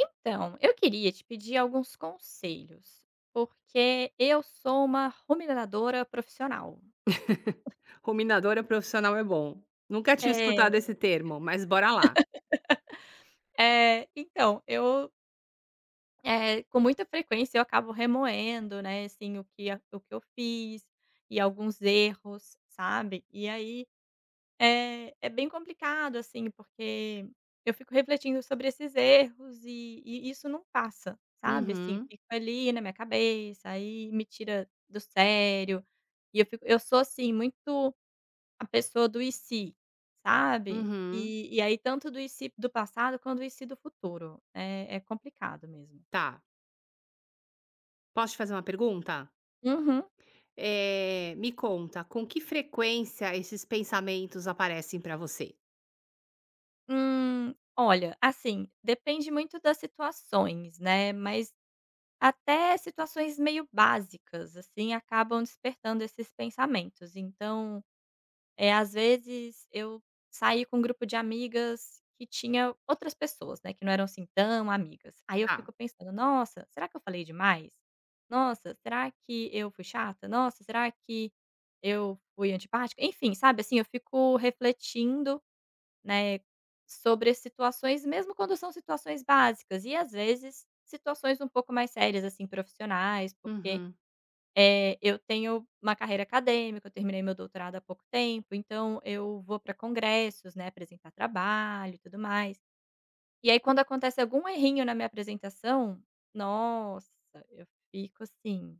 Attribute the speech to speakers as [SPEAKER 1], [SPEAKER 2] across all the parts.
[SPEAKER 1] Então, eu queria te pedir alguns conselhos, porque eu sou uma ruminadora profissional.
[SPEAKER 2] Ruminadora profissional é bom. Nunca tinha
[SPEAKER 1] É,
[SPEAKER 2] escutado esse termo, mas bora lá.
[SPEAKER 1] então, com muita frequência eu acabo remoendo, né, assim, o que eu fiz e alguns erros, sabe. E aí é bem complicado, assim, porque eu fico refletindo sobre esses erros e isso não passa, sabe, assim,
[SPEAKER 2] Uhum,
[SPEAKER 1] fica ali na minha cabeça, aí me tira do sério, e eu sou, assim, muito a pessoa do "e se", sabe,
[SPEAKER 2] uhum.
[SPEAKER 1] e aí tanto do "e se" do passado quanto do "e se" do futuro, é complicado mesmo.
[SPEAKER 2] Tá. Posso te fazer uma pergunta?
[SPEAKER 1] Uhum.
[SPEAKER 2] Me conta, com que frequência esses pensamentos aparecem pra você?
[SPEAKER 1] Olha, assim, depende muito das situações, né, mas até situações meio básicas, assim, acabam despertando esses pensamentos. Então, às vezes eu saí com um grupo de amigas que tinha outras pessoas, né, que não eram, assim, tão amigas. Aí eu
[SPEAKER 2] Tá.
[SPEAKER 1] fico pensando: "Nossa, será que eu falei demais? Nossa, será que eu fui chata? Nossa, será que eu fui antipática?" Enfim, sabe, assim, eu fico refletindo, né, sobre situações mesmo quando são situações básicas e às vezes situações um pouco mais sérias, assim, profissionais, porque,
[SPEAKER 2] Uhum.
[SPEAKER 1] eu tenho uma carreira acadêmica, eu terminei meu doutorado há pouco tempo, então eu vou para congressos, né, apresentar trabalho e tudo mais. E aí quando acontece algum errinho na minha apresentação, nossa, eu fico assim,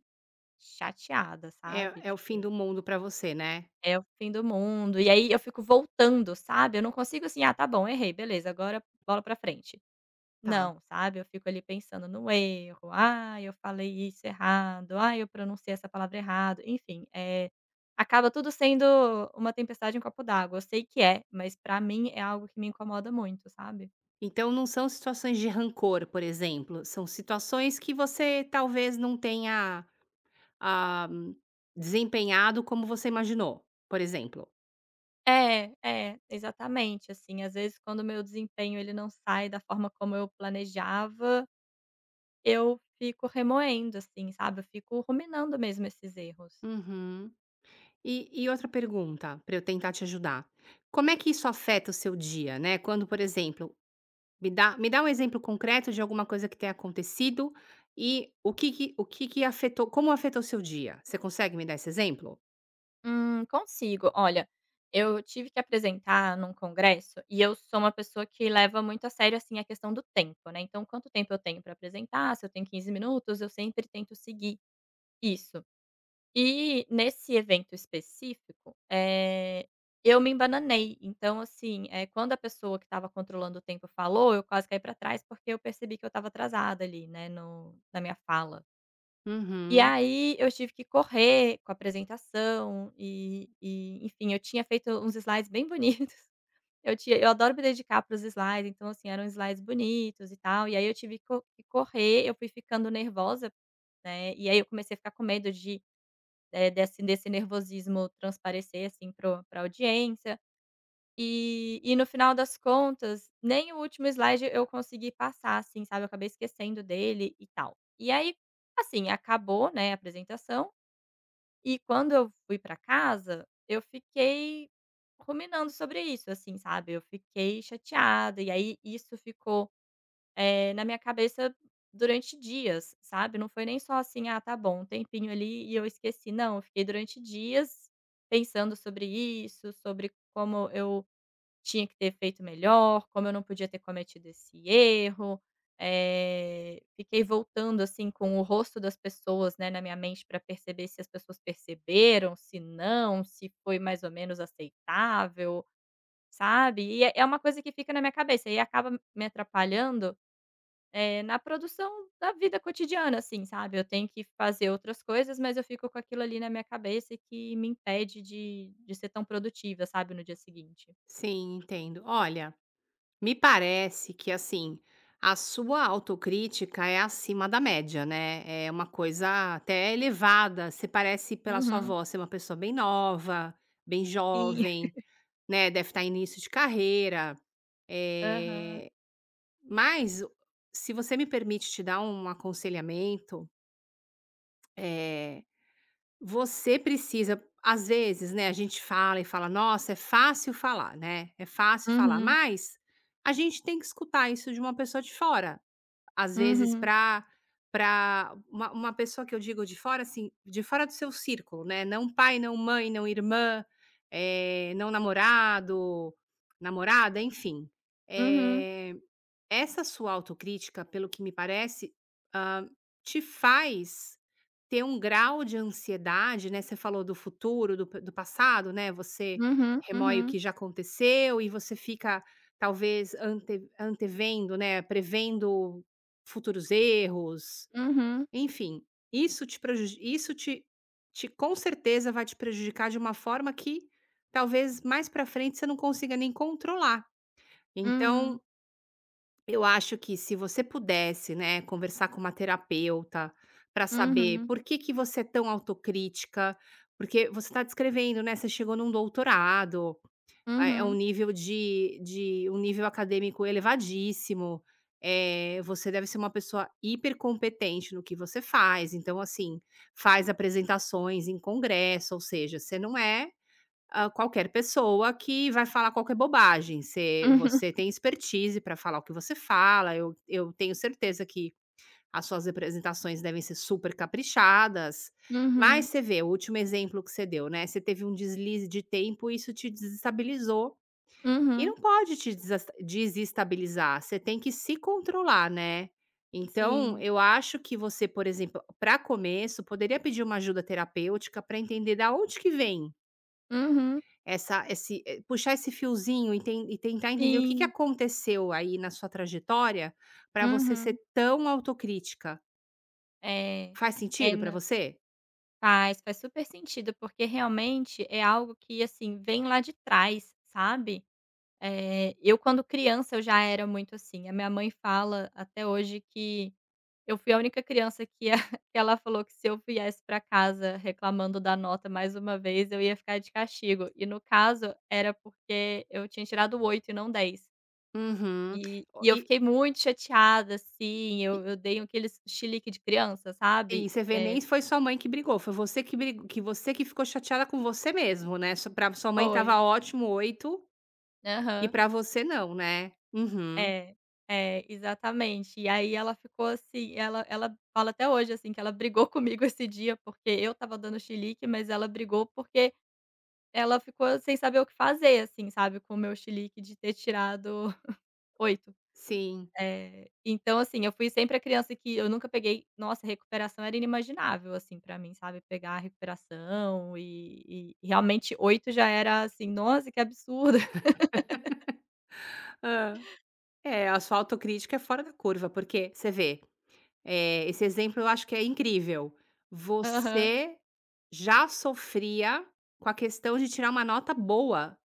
[SPEAKER 1] chateada,
[SPEAKER 2] É
[SPEAKER 1] sabe,
[SPEAKER 2] é o fim
[SPEAKER 1] tipo
[SPEAKER 2] do mundo pra você, né?
[SPEAKER 1] é o fim do mundo. E aí eu fico voltando, sabe. Eu não consigo assim: "Ah, tá bom, errei, beleza, agora bola pra frente".
[SPEAKER 2] Tá.
[SPEAKER 1] Não, sabe. Eu fico ali pensando no erro: "Ah, eu falei isso errado. Ah, eu pronunciei essa palavra errado". Enfim, é, acaba tudo sendo uma tempestade em um copo d'água. Eu sei que é, mas pra mim é algo que me incomoda muito, sabe.
[SPEAKER 2] Então não são situações de rancor, por exemplo, são situações que você talvez não tenha, ah, desempenhado como você imaginou, por exemplo?
[SPEAKER 1] É, é, exatamente, assim. Às vezes, quando o meu desempenho ele não sai da forma como eu planejava, eu fico remoendo, assim, sabe, eu fico ruminando mesmo esses erros.
[SPEAKER 2] Uhum. E outra pergunta, para eu tentar te ajudar. Como é que isso afeta o seu dia, né, quando, por exemplo, me dá um exemplo concreto de alguma coisa que tenha acontecido e o que que afetou, como afetou o seu dia? Você consegue me dar esse exemplo?
[SPEAKER 1] Consigo. Olha, eu tive que apresentar num congresso e eu sou uma pessoa que leva muito a sério, assim, a questão do tempo, né, então quanto tempo eu tenho para apresentar, se eu tenho 15 minutos, eu sempre tento seguir isso. E nesse evento específico, eu me embananei, então, assim, quando a pessoa que estava controlando o tempo falou, eu quase caí para trás, porque eu percebi que eu estava atrasada ali, né, no na minha fala. E
[SPEAKER 2] Uhum.
[SPEAKER 1] aí eu tive que correr com a apresentação e enfim, eu tinha feito uns slides bem bonitos. Eu adoro me dedicar para os slides, então, assim, eram slides bonitos e tal, e aí eu tive que correr, eu fui ficando nervosa, né, e aí eu comecei a ficar com medo de, desse nervosismo transparecer, assim, para a audiência. E no final das contas, nem o último slide eu consegui passar, assim, sabe, eu acabei esquecendo dele e tal. E aí, assim, acabou, né, a apresentação e quando eu fui pra casa, eu fiquei ruminando sobre isso, assim, sabe, eu fiquei chateada e aí isso ficou, na minha cabeça durante dias, sabe, não foi nem só assim: "Ah, tá bom, um tempinho ali e eu esqueci", não, eu fiquei durante dias pensando sobre isso, sobre como eu tinha que ter feito melhor, como eu não podia ter cometido esse erro. Fiquei voltando, assim, com o rosto das pessoas, né, na minha mente para perceber se as pessoas perceberam, se não, se foi mais ou menos aceitável, sabe. E é uma coisa que fica na minha cabeça e acaba me atrapalhando, na produção da vida cotidiana, assim, sabe. Eu tenho que fazer outras coisas, mas eu fico com aquilo ali na minha cabeça que me impede de ser tão produtiva, sabe, no dia seguinte.
[SPEAKER 2] Sim, entendo. Olha, me parece que, assim, a sua autocrítica é acima da média, né, é uma coisa até elevada. Você parece, pela sua
[SPEAKER 1] Uhum.
[SPEAKER 2] voz, ser uma pessoa bem nova, bem jovem. Né, deve estar em início de carreira,
[SPEAKER 1] Aham.
[SPEAKER 2] eh, mas se você me permite te dar um aconselhamento, eh, você precisa, às vezes, né, a gente fala e fala: "Nossa, é fácil falar, né, é fácil falar",
[SPEAKER 1] Uhum.
[SPEAKER 2] mas a gente tem que escutar isso de uma pessoa de fora. Às vezes
[SPEAKER 1] Uhum.
[SPEAKER 2] para uma pessoa que eu digo de fora, assim, de fora do seu círculo, né, não pai, não mãe, não irmã, não namorado, namorada, enfim.
[SPEAKER 1] Uhum.
[SPEAKER 2] Eh Essa sua autocrítica, pelo que me parece, hã, te faz ter um grau de ansiedade, né, você falou do futuro, do passado, né, você
[SPEAKER 1] Uhum.
[SPEAKER 2] remoe o
[SPEAKER 1] Uhum.
[SPEAKER 2] que já aconteceu e você fica talvez antevendo, né, prevendo futuros erros,
[SPEAKER 1] Uhum.
[SPEAKER 2] enfim, isso te, com certeza, vai te prejudicar de uma forma que talvez mais para frente você não consiga nem controlar.
[SPEAKER 1] Hum.
[SPEAKER 2] Então eu acho que se você pudesse, né, conversar com uma terapeuta para saber
[SPEAKER 1] Uhum.
[SPEAKER 2] por que que você é tão autocrítica, porque você está descrevendo, né, você chegou num doutorado, ah, é um
[SPEAKER 1] Uhum.
[SPEAKER 2] nível de um nível acadêmico elevadíssimo, você deve ser uma pessoa hipercompetente no que você faz. Então, assim, faz apresentações em congresso, ou seja, você não é... Hã, qualquer pessoa que vai falar qualquer bobagem, você, você tem expertise para falar o que você fala. Eu tenho certeza que as suas apresentações devem ser super caprichadas, mas
[SPEAKER 1] Uhum.
[SPEAKER 2] você vê, o último exemplo que você deu, né, você teve um deslize de tempo e isso te desestabilizou, e
[SPEAKER 1] Uhum.
[SPEAKER 2] não pode te desas desestabilizar, você tem que se controlar, né. Então,
[SPEAKER 1] Sim.
[SPEAKER 2] eu acho que você, por exemplo, para começo, poderia pedir uma ajuda terapêutica para entender da onde que vem
[SPEAKER 1] Uhum.
[SPEAKER 2] essa, esse, puxar esse fiozinho e ten e tentar entender o que que
[SPEAKER 1] Sim.
[SPEAKER 2] aconteceu aí na sua trajetória, para você ser
[SPEAKER 1] Uhum.
[SPEAKER 2] tão autocrítica.
[SPEAKER 1] É.
[SPEAKER 2] Faz
[SPEAKER 1] É,
[SPEAKER 2] sentido para
[SPEAKER 1] na
[SPEAKER 2] você?
[SPEAKER 1] faz, faz super sentido, porque realmente é algo que, assim, vem lá de trás, sabe. Eu quando criança eu já era muito assim. A minha mãe fala até hoje que eu fui a única criança que a que ela falou que se eu viesse pra casa reclamando da nota mais uma vez, eu ia ficar de castigo. E no caso, era porque eu tinha tirado 8 e não 10.
[SPEAKER 2] Uhum.
[SPEAKER 1] E
[SPEAKER 2] O
[SPEAKER 1] e eu
[SPEAKER 2] E
[SPEAKER 1] fiquei muito chateada, assim,
[SPEAKER 2] e
[SPEAKER 1] eu dei aquele chilique de criança,
[SPEAKER 2] e
[SPEAKER 1] sabe.
[SPEAKER 2] você vê,
[SPEAKER 1] É,
[SPEAKER 2] nem foi sua mãe que brigou, foi você que brigou, que você que ficou chateada com você mesmo, né, su pra sua mãe
[SPEAKER 1] foi.
[SPEAKER 2] tava ótimo 8 e
[SPEAKER 1] Aham.
[SPEAKER 2] pra você não, né. Uhum.
[SPEAKER 1] É, é, exatamente. E aí ela ficou assim ela fala até hoje, assim, que ela brigou comigo esse dia, porque eu estava dando chilique, mas ela brigou porque ela ficou sem saber o que fazer, assim, sabe, com o meu chilique de ter tirado 8.
[SPEAKER 2] Sim.
[SPEAKER 1] Então, assim, eu fui sempre a criança que eu nunca peguei, nossa, recuperação era inimaginável, assim, pra mim, sabe, pegar a recuperação e realmente 8 já era, assim: "Nossa, que absurdo".
[SPEAKER 2] Hã. É, a sua autocrítica é fora da curva, porque você vê... esse exemplo eu acho que é incrível.
[SPEAKER 1] Aham.
[SPEAKER 2] Você já sofria com a questão de tirar uma nota boa,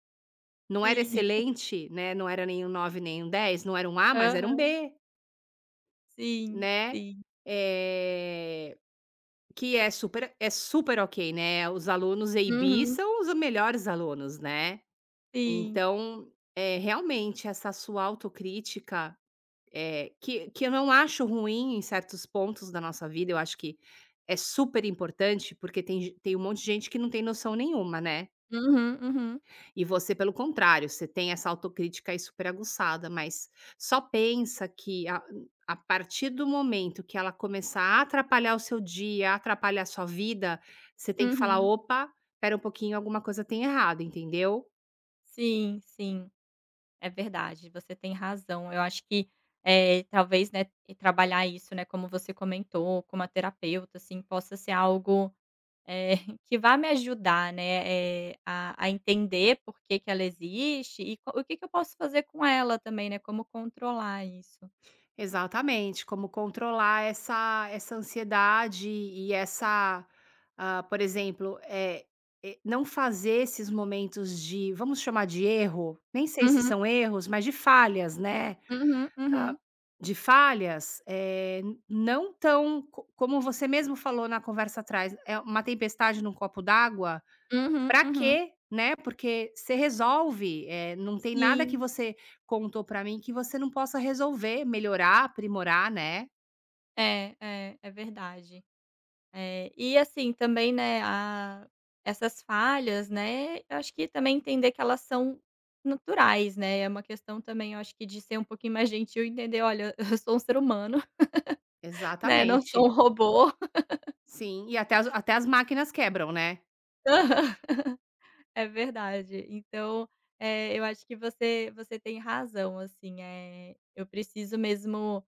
[SPEAKER 2] não era
[SPEAKER 1] Sim.
[SPEAKER 2] excelente, né, não era nem um 9 nem um dez, não era um A, mas era um
[SPEAKER 1] Aham.
[SPEAKER 2] B,
[SPEAKER 1] Sim,
[SPEAKER 2] né,
[SPEAKER 1] sim.
[SPEAKER 2] eh, que é super, é super ok, né, os alunos A e B
[SPEAKER 1] Uhum.
[SPEAKER 2] são os melhores alunos, né.
[SPEAKER 1] Sim.
[SPEAKER 2] Então, é realmente essa sua autocrítica... Que eu não acho ruim em certos pontos da nossa vida, eu acho que é super importante, porque tem ge tem um monte de gente que não tem noção nenhuma, né.
[SPEAKER 1] Uhum, uhum.
[SPEAKER 2] E você, pelo contrário, você tem essa autocrítica aí super aguçada, mas só pensa que a partir do momento que ela começar a atrapalhar o seu dia, atrapalhar a sua vida, você tem que falar:
[SPEAKER 1] Uhum.
[SPEAKER 2] "Opa, espera um pouquinho, alguma coisa tem errado", entendeu?
[SPEAKER 1] Sim, sim. É verdade, você tem razão. Eu acho que, talvez, né, e trabalhar isso, né, como você comentou, com uma terapeuta, assim, possa ser algo, eh, que vá me ajudar, né, a entender por que que ela existe e co o que que eu posso fazer com ela também, né, como controlar isso.
[SPEAKER 2] Exatamente, como controlar essa ansiedade e essa, ah, por exemplo, e não fazer esses momentos de, vamos chamar de erro, nem sei se
[SPEAKER 1] Uhum,
[SPEAKER 2] são erros, mas de falhas, né,
[SPEAKER 1] uhum,
[SPEAKER 2] hã,
[SPEAKER 1] uhum,
[SPEAKER 2] de falhas, não tão co como você mesmo falou na conversa atrás, é uma tempestade num copo d'água.
[SPEAKER 1] uhum,
[SPEAKER 2] Pra
[SPEAKER 1] uhum.
[SPEAKER 2] quê, né, porque você resolve, não tem nada que
[SPEAKER 1] Sim,
[SPEAKER 2] você contou pra mim que você não possa resolver, melhorar, aprimorar, né.
[SPEAKER 1] é, é, é verdade. É, e assim também, né, a essas falhas, né, eu acho que também entender que elas são naturais, né, é uma questão também, eu acho que de ser um pouquinho mais gentil e entender: "Olha, eu sou um ser humano, né, não sou
[SPEAKER 2] Exatamente.
[SPEAKER 1] um robô".
[SPEAKER 2] Sim, e até as máquinas quebram, né.
[SPEAKER 1] É verdade. Então, eu acho que você tem razão, assim, é eu preciso mesmo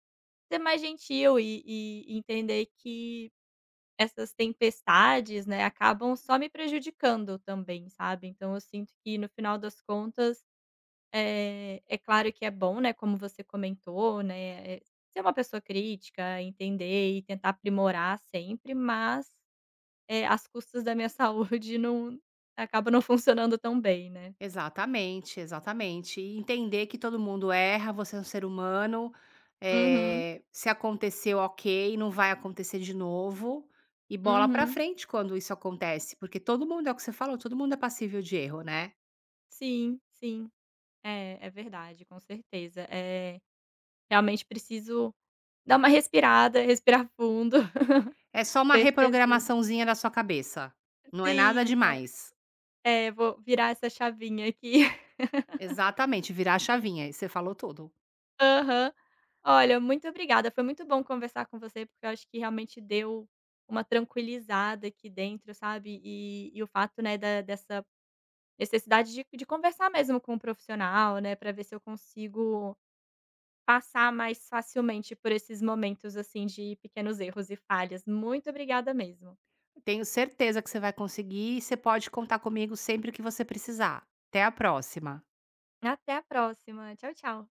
[SPEAKER 1] ser mais gentil e entender que essas tempestades, né, acabam só me prejudicando também, sabe. Então eu sinto que no final das contas, é claro que é bom, né, como você comentou, né, ser uma pessoa crítica, entender e tentar aprimorar sempre, mas, às custas da minha saúde não, acaba não funcionando tão bem, né.
[SPEAKER 2] Exatamente, exatamente. E entender que todo mundo erra, você é um ser humano,
[SPEAKER 1] Uhum,
[SPEAKER 2] se aconteceu, ok, não vai acontecer de novo, e bola pra
[SPEAKER 1] uhum.
[SPEAKER 2] frente quando isso acontece, porque todo mundo é o que você falou, todo mundo é passível de erro, né.
[SPEAKER 1] Sim, sim. É, é verdade, com certeza. É realmente preciso dar uma respirada, respirar fundo,
[SPEAKER 2] É só uma
[SPEAKER 1] perceber.
[SPEAKER 2] reprogramaçãozinha da sua cabeça, não é nada
[SPEAKER 1] Sim,
[SPEAKER 2] demais.
[SPEAKER 1] é, vou virar essa chavinha aqui.
[SPEAKER 2] Exatamente, virar a chavinha e você falou tudo.
[SPEAKER 1] Aham. Olha, muito obrigada, foi muito bom conversar com você, porque eu acho que realmente deu uma tranquilizada aqui dentro, sabe, e o fato, né, da dessa necessidade de conversar mesmo com um profissional, né, para ver se eu consigo passar mais facilmente por esses momentos, assim, de pequenos erros e falhas. Muito obrigada mesmo.
[SPEAKER 2] Tenho certeza que você vai conseguir e você pode contar comigo sempre que você precisar. Até a próxima.
[SPEAKER 1] Até a próxima. Tchau, tchau.